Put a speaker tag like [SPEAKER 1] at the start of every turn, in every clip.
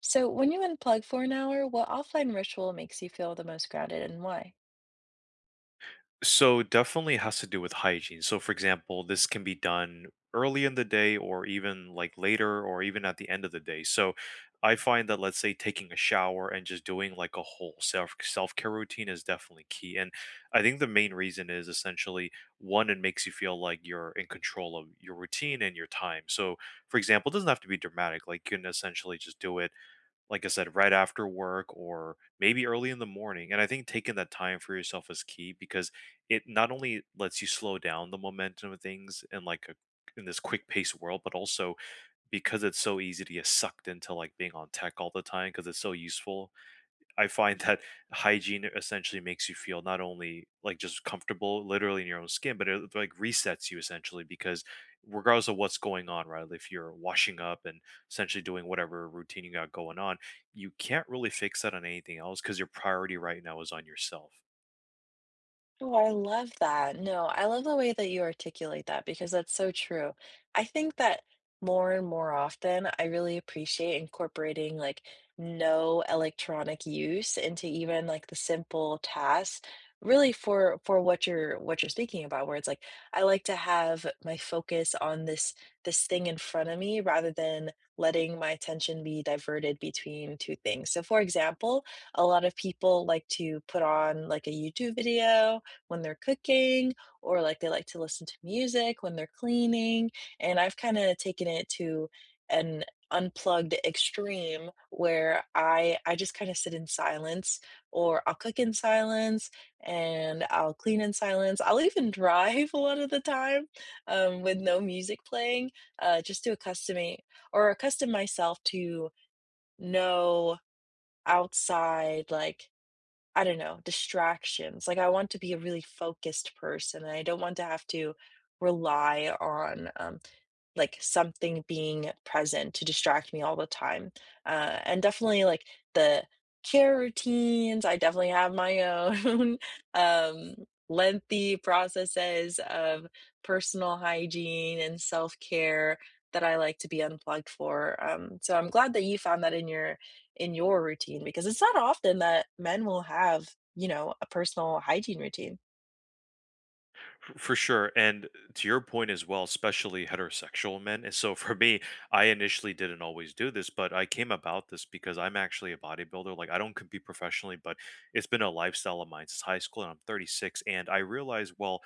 [SPEAKER 1] So, when you unplug for an hour, what offline ritual makes you feel the most grounded and why?
[SPEAKER 2] So definitely has to do with hygiene. So for example, this can be done early in the day or even like later or even at the end of the day. So I find that, let's say, taking a shower and just doing like a whole self-care routine is definitely key. And I think the main reason is essentially, one, it makes you feel like you're in control of your routine and your time. So for example, it doesn't have to be dramatic. Like you can essentially just do it, like I said, right after work or maybe early in the morning. And I think taking that time for yourself is key because it not only lets you slow down the momentum of things in like a in this quick paced world, but also because it's so easy to get sucked into like being on tech all the time because it's so useful. I find that hygiene essentially makes you feel not only like just comfortable literally in your own skin, but it like resets you essentially because regardless of what's going on, right? If you're washing up and essentially doing whatever routine you got going on, you can't really fix that on anything else because your priority right now is on yourself.
[SPEAKER 1] Oh, I love that. No, I love the way that you articulate that because that's so true. I think that more and more often, I really appreciate incorporating like no electronic use into even like the simple tasks really for what you're speaking about where it's like I like to have my focus on this thing in front of me rather than letting my attention be diverted between two things. So for example, a lot of people like to put on like a YouTube video when they're cooking or like they like to listen to music when they're cleaning. And I've kind of taken it to an unplugged extreme where I just kind of sit in silence or I'll cook in silence and I'll clean in silence. I'll even drive a lot of the time with no music playing just to accustom me or accustom myself to no outside like I don't know, distractions. Like I want to be a really focused person and I don't want to have to rely on, like something being present to distract me all the time. And definitely like the care routines, I definitely have my own um, lengthy processes of personal hygiene and self care that I like to be unplugged for. So I'm glad that you found that in your routine because it's not often that men will have, you know, a personal hygiene routine.
[SPEAKER 2] For sure. And to your point as well, especially heterosexual men. And so for me, I initially didn't always do this, but I came about this because I'm actually a bodybuilder. Like I don't compete professionally, but it's been a lifestyle of mine since high school and I'm 36. And I realized, well,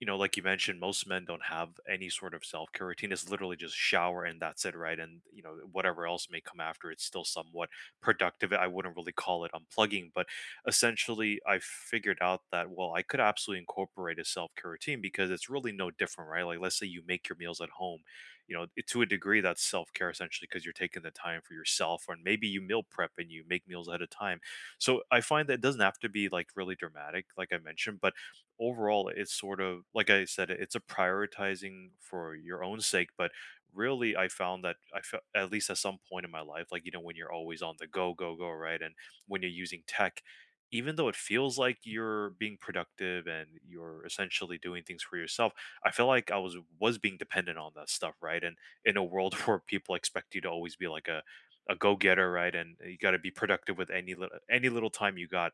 [SPEAKER 2] you know, like you mentioned, most men don't have any sort of self care routine. It's literally just shower and that's it, right? And, you know, whatever else may come after, it's still somewhat productive. I wouldn't really call it unplugging, but essentially, I figured out that, well, I could absolutely incorporate a self care routine because it's really no different, right? Like, let's say you make your meals at home, you know, to a degree, that's self care essentially because you're taking the time for yourself, or maybe you meal prep and you make meals at a time. So I find that it doesn't have to be like really dramatic, like I mentioned, but overall it's sort of like I said, it's a prioritizing for your own sake, but really I found that I felt, at least at some point in my life, like, you know, when you're always on the go go go, right? And when you're using tech, even though it feels like you're being productive and you're essentially doing things for yourself, I feel like I was being dependent on that stuff, right? And in a world where people expect you to always be like a go-getter, right? And you got to be productive with any little time you got.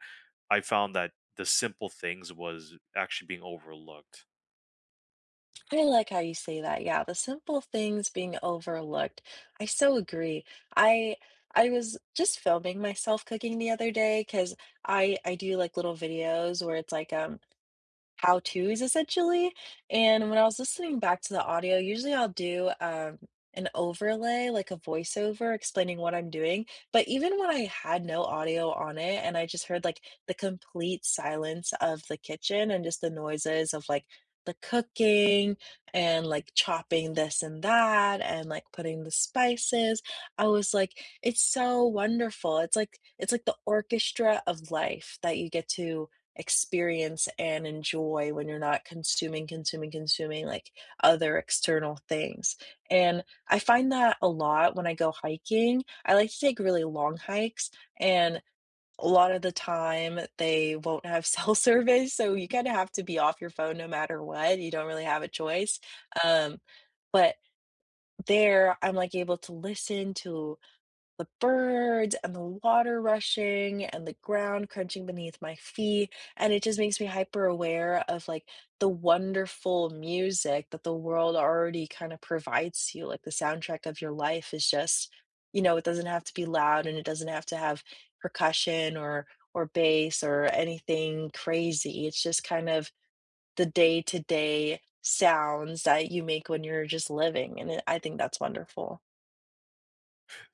[SPEAKER 2] I found that the simple things was actually being overlooked.
[SPEAKER 1] I like how you say that. Yeah, the simple things being overlooked. I so agree. I I was just filming myself cooking the other day because I do like little videos where it's like how-tos essentially, and when I was listening back to the audio, usually I'll do, an overlay, like a voiceover explaining what I'm doing, but even when I had no audio on it and I just heard, like, the complete silence of the kitchen and just the noises of, like, the cooking and, like, chopping this and that and, like, putting the spices, I was like, "It's so wonderful." It's like the orchestra of life that you get to experience and enjoy when you're not consuming, consuming, consuming, like, other external things, and I find that a lot when I go hiking. I like to take really long hikes, and a lot of the time, they won't have cell service, so you kinda have to be off your phone no matter what, you don't really have a choice, um, but there, I'm, like, able to listen to the birds and the water rushing and the ground crunching beneath my feet, and it just makes me hyper aware of like the wonderful music that the world already kind of provides to you. Like the soundtrack of your life is just, you know, it doesn't have to be loud and it doesn't have to have percussion or bass or anything crazy. It's just kind of the day-to-day sounds that you make when you're just living, and I think that's wonderful.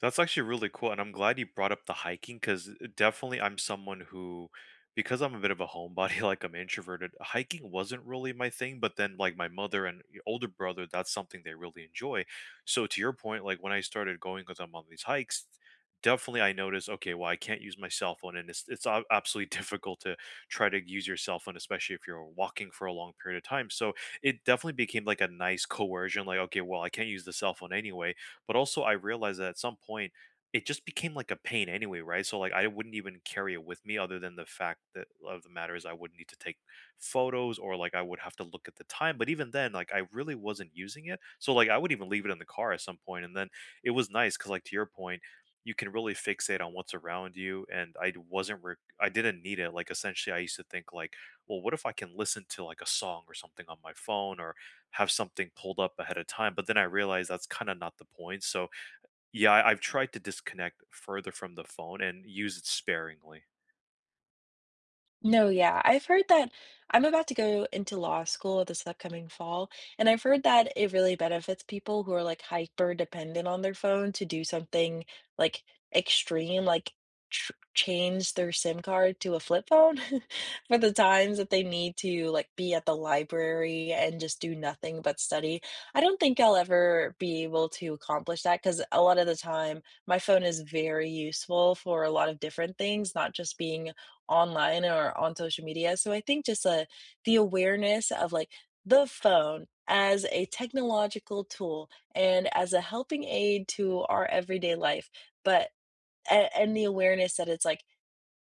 [SPEAKER 2] That's actually really cool, and I'm glad you brought up the hiking because definitely I'm someone who, because I'm a bit of a homebody, like I'm introverted, hiking wasn't really my thing. But then, like my mother and older brother, that's something they really enjoy. So to your point, like when I started going with them on these hikes, definitely I noticed, okay, well I can't use my cell phone, and absolutely difficult to try to use your cell phone, especially if you're walking for a long period of time. So it definitely became like a nice coercion, like, okay, well I can't use the cell phone anyway, but also, I realized that at some point, it just became like a pain anyway, right? So like, I wouldn't even carry it with me, other than the fact that of the matter is, I would need to take photos or like I would have to look at the time. But even then, like, I really wasn't using it. So like, I would even leave it in the car at some point, and then it was nice because, like, to your point, you can really fixate on what's around you, and I d- wasn't. Re- I didn't need it. Like essentially, I used to think like, well, what if I can listen to like a song or something on my phone, or have something pulled up ahead of time, but then I realized that's kinda not the point, so, yeah, I've tried to disconnect further from the phone and use it sparingly.
[SPEAKER 1] No, yeah. I've heard that I'm about to go into law school this upcoming fall, and I've heard that it really benefits people who are like hyper dependent on their phone to do something like extreme, like tr change their SIM card to a flip phone for the times that they need to like be at the library and just do nothing but study. I don't think I'll ever be able to accomplish that because a lot of the time my phone is very useful for a lot of different things, not just being online or on social media. So I think just, the awareness of, like, the phone as a technological tool and as a helping aid to our everyday life, but a and the awareness that it's, like,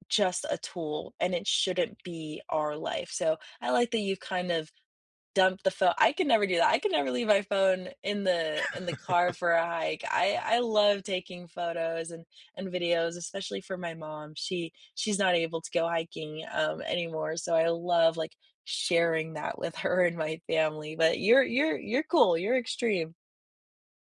[SPEAKER 1] just a tool and it shouldn't be our life. So I like that you've kind of dump the phone. I can never do that. I can never leave my phone in the car for a hike. I love taking photos and videos, especially for my mom. She's not able to go hiking anymore, so I love like sharing that with her and my family. But you're cool. You're extreme.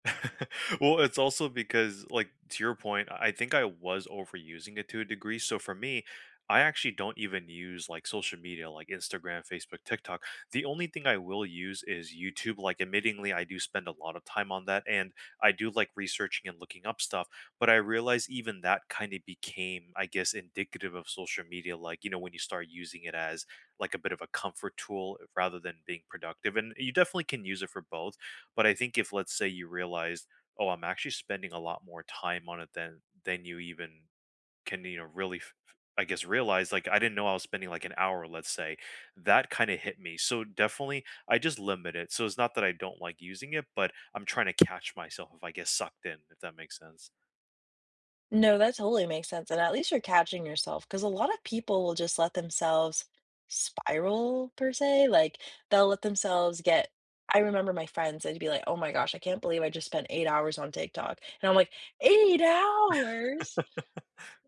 [SPEAKER 2] Well, it's also because, like, to your point, I think I was overusing it to a degree. So for me, I actually don't even use like social media like Instagram, Facebook, TikTok. The only thing I will use is YouTube. Like, admittingly, I do spend a lot of time on that and I do like researching and looking up stuff. But I realize even that kind of became, I guess, indicative of social media. Like, you know, when you start using it as like a bit of a comfort tool rather than being productive. And you definitely can use it for both, but I think if, let's say, you realized, "Oh, I'm actually spending a lot more time on it than you even can, you know, really f f I guess, realize, like, I didn't know I was spending, like, an hour, let's say." That kinda hit me. So, definitely, I just limit it. So, it's not that I don't like using it, but I'm trying to catch myself if I get sucked in, if that makes sense.
[SPEAKER 1] No, that totally makes sense, and at least you're catching yourself because a lot of people will just let themselves spiral per se, like, they'll let themselves get I remember my friends, they'd be like, "Oh my gosh, I can't believe I just spent 8 hours on TikTok," and I'm like, "8 hours?"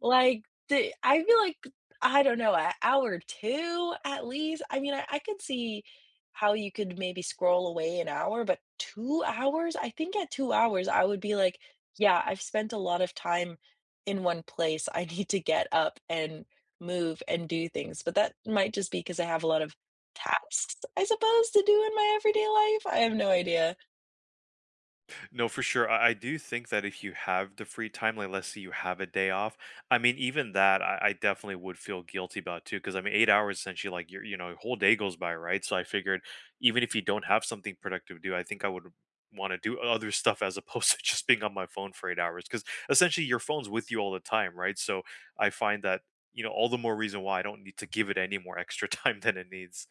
[SPEAKER 1] Like, the I feel like, I don't know, a hour 2 at least? I mean, I could see how you could maybe scroll away an hour, but 2 hours? I think at 2 hours, I would be like, "Yeah, I've spent a lot of time in one place. I need to get up and move and do things." But that might just be because I have a lot of tasks, I suppose, to do in my everyday life? I have no idea.
[SPEAKER 2] No, for sure. I do think that if you have the free time, like let's say you have a day off, I mean, even that I definitely would feel guilty about too, because I mean, 8 hours essentially, like your, you know, whole day goes by, right? So I figured, even if you don't have something productive to do, I think I would want to do other stuff as opposed to just being on my phone for 8 hours, because essentially your phone's with you all the time, right? So I find that, you know, all the more reason why I don't need to give it any more extra time than it needs.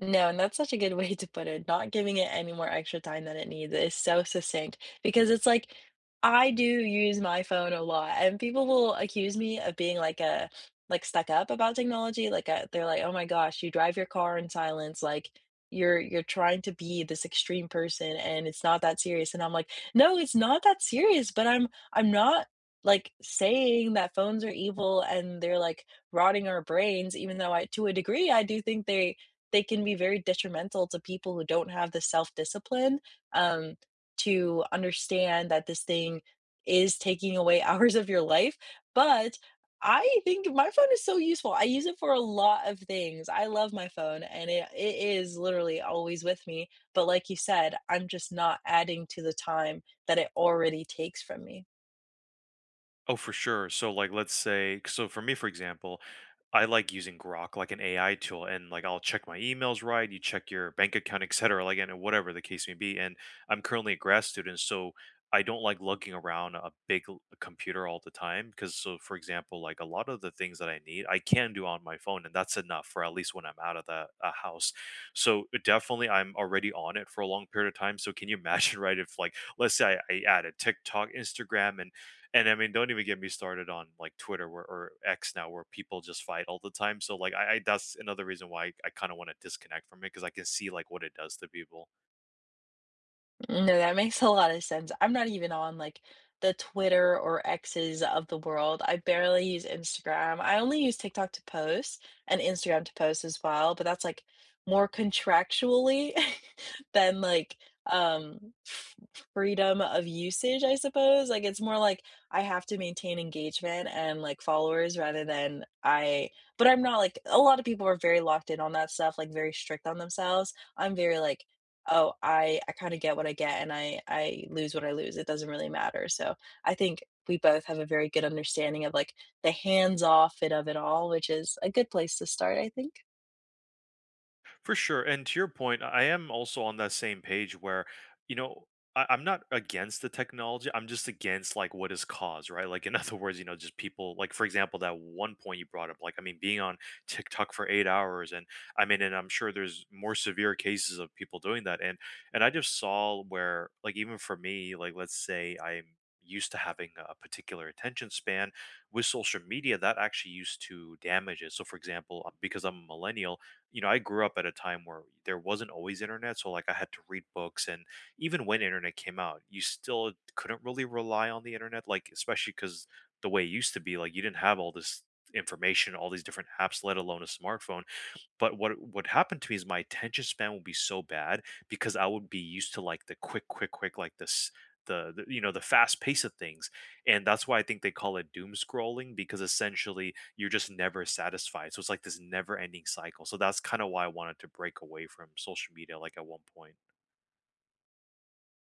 [SPEAKER 1] No, and that's such a good way to put it. Not giving it any more extra time than it needs is so succinct because it's like I do use my phone a lot, and people will accuse me of being like a like stuck up about technology. Like they're like, "Oh my gosh, you drive your car in silence." Like you're trying to be this extreme person, and it's not that serious. And I'm like, "No, it's not that serious." But I'm not like saying that phones are evil and they're like rotting our brains, even though I to a degree I do think they can be very detrimental to people who don't have the self-discipline, um, to understand that this thing is taking away hours of your life, but I think my phone is so useful. I use it for a lot of things. I love my phone and it is literally always with me, but like you said, I'm just not adding to the time that it already takes from me.
[SPEAKER 2] Oh, for sure. So like, let's say, so for me, for example, I like using Grok like an AI tool and like I'll check my emails, right, you check your bank account, etc. Like, and whatever the case may be. And I'm currently a grad student, so I don't like lugging around a big computer all the time because, so for example, like a lot of the things that I need, I can do on my phone and that's enough for at least when I'm out of the house. So definitely I'm already on it for a long period of time. So can you imagine, right, if like, let's say I added TikTok, Instagram and I mean, don't even get me started on like Twitter where, or X now, where people just fight all the time. So like, I, that's another reason why I kind of want to disconnect from it because I can see like what it does to people.
[SPEAKER 1] No, that makes a lot of sense. I'm not even on like the Twitter or X's of the world. I barely use Instagram. I only use TikTok to post and Instagram to post as well, but that's like more contractually than like um f- freedom of usage, I suppose. Like it's more like I have to maintain engagement and like followers rather than I but I'm not like a lot of people are very locked in on that stuff, like very strict on themselves. I'm very like, "Oh, I kinda get what I get, and I lose what I lose, it doesn't really matter," so, I think we both have a very good understanding of, like, the hands-off it of it all, which is a good place to start, I think.
[SPEAKER 2] For sure. And to your point, I am also on that same page where, you know, I'm not against the technology. I'm just against like what is cause, right? Like, in other words, you know, just people like, for example, that one point you brought up, like I mean, being on TikTok for 8 hours, and I mean, and I'm sure there's more severe cases of people doing that. And I just saw where like even for me, like let's say I'm used to having a particular attention span with social media that actually used to damage it. So for example, because I'm a millennial, you know, I grew up at a time where there wasn't always internet, so, like, I had to read books, and even when internet came out, you still couldn't really rely on the internet, like, especially because the way it used to be, like, you didn't have all this information, all these different apps, let alone a smartphone. But what happened to me is my attention span would be so bad because I would be used to like the quick, quick, quick, like this, the you know, the fast pace of things, and that's why I think they call it doom scrolling because essentially you're just never satisfied. So it's like this never ending cycle. So that's kind of why I wanted to break away from social media like at one point.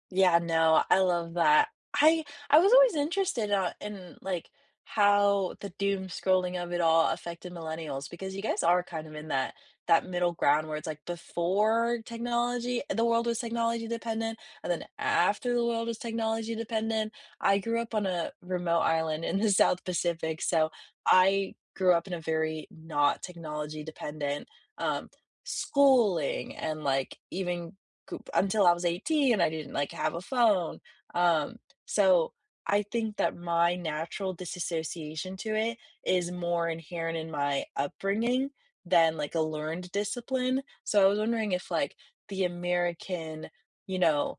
[SPEAKER 1] Yeah, no, I love that. I I was always interested in like how the doom scrolling of it all affected millennials because you guys are kind of in that middle ground where it's like before technology, the world was technology dependent, and then after the world was technology dependent. I grew up on a remote island in the South Pacific, so I grew up in a very not technology dependent um schooling and like even coop until I was 18, I didn't, like, have a phone, um, so I think that my natural disassociation to it is more inherent in my upbringing than, like, a learned discipline, so I was wondering if, like, the American, you know,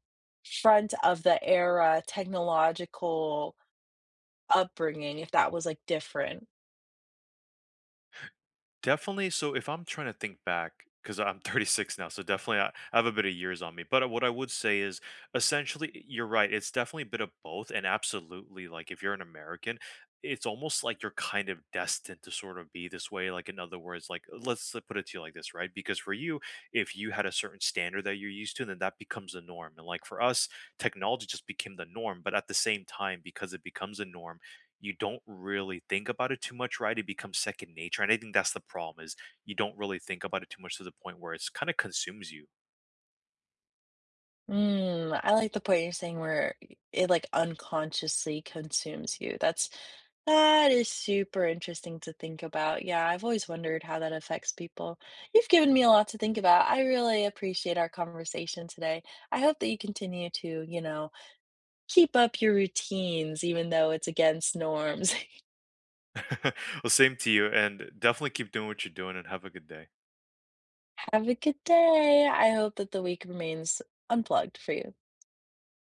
[SPEAKER 1] front of the era technological upbringing, if that was, like, different.
[SPEAKER 2] Definitely. So if I'm trying to think back, because I'm 36 now, so definitely I have a bit of years on me. But what I would say is essentially, you're right. It's definitely a bit of both. And absolutely, like if you're an American, it's almost like you're kind of destined to sort of be this way. Like, in other words, like let's put it to you like this, right? Because for you, if you had a certain standard that you're used to, then that becomes the norm. And like for us, technology just became the norm. But at the same time, because it becomes a norm, you don't really think about it too much, right? It becomes second nature, and I think that's the problem is you don't really think about it too much to the point where it's kind of consumes you.
[SPEAKER 1] Mm, I like the point you're saying where it, like, unconsciously consumes you. That's that is super interesting to think about. Yeah, I've always wondered how that affects people. You've given me a lot to think about. I really appreciate our conversation today. I hope that you continue to, you know, keep up your routines even though it's against norms.
[SPEAKER 2] Well, same to you, and definitely keep doing what you're doing, and have a good day.
[SPEAKER 1] Have a good day. I hope that the week remains unplugged for you.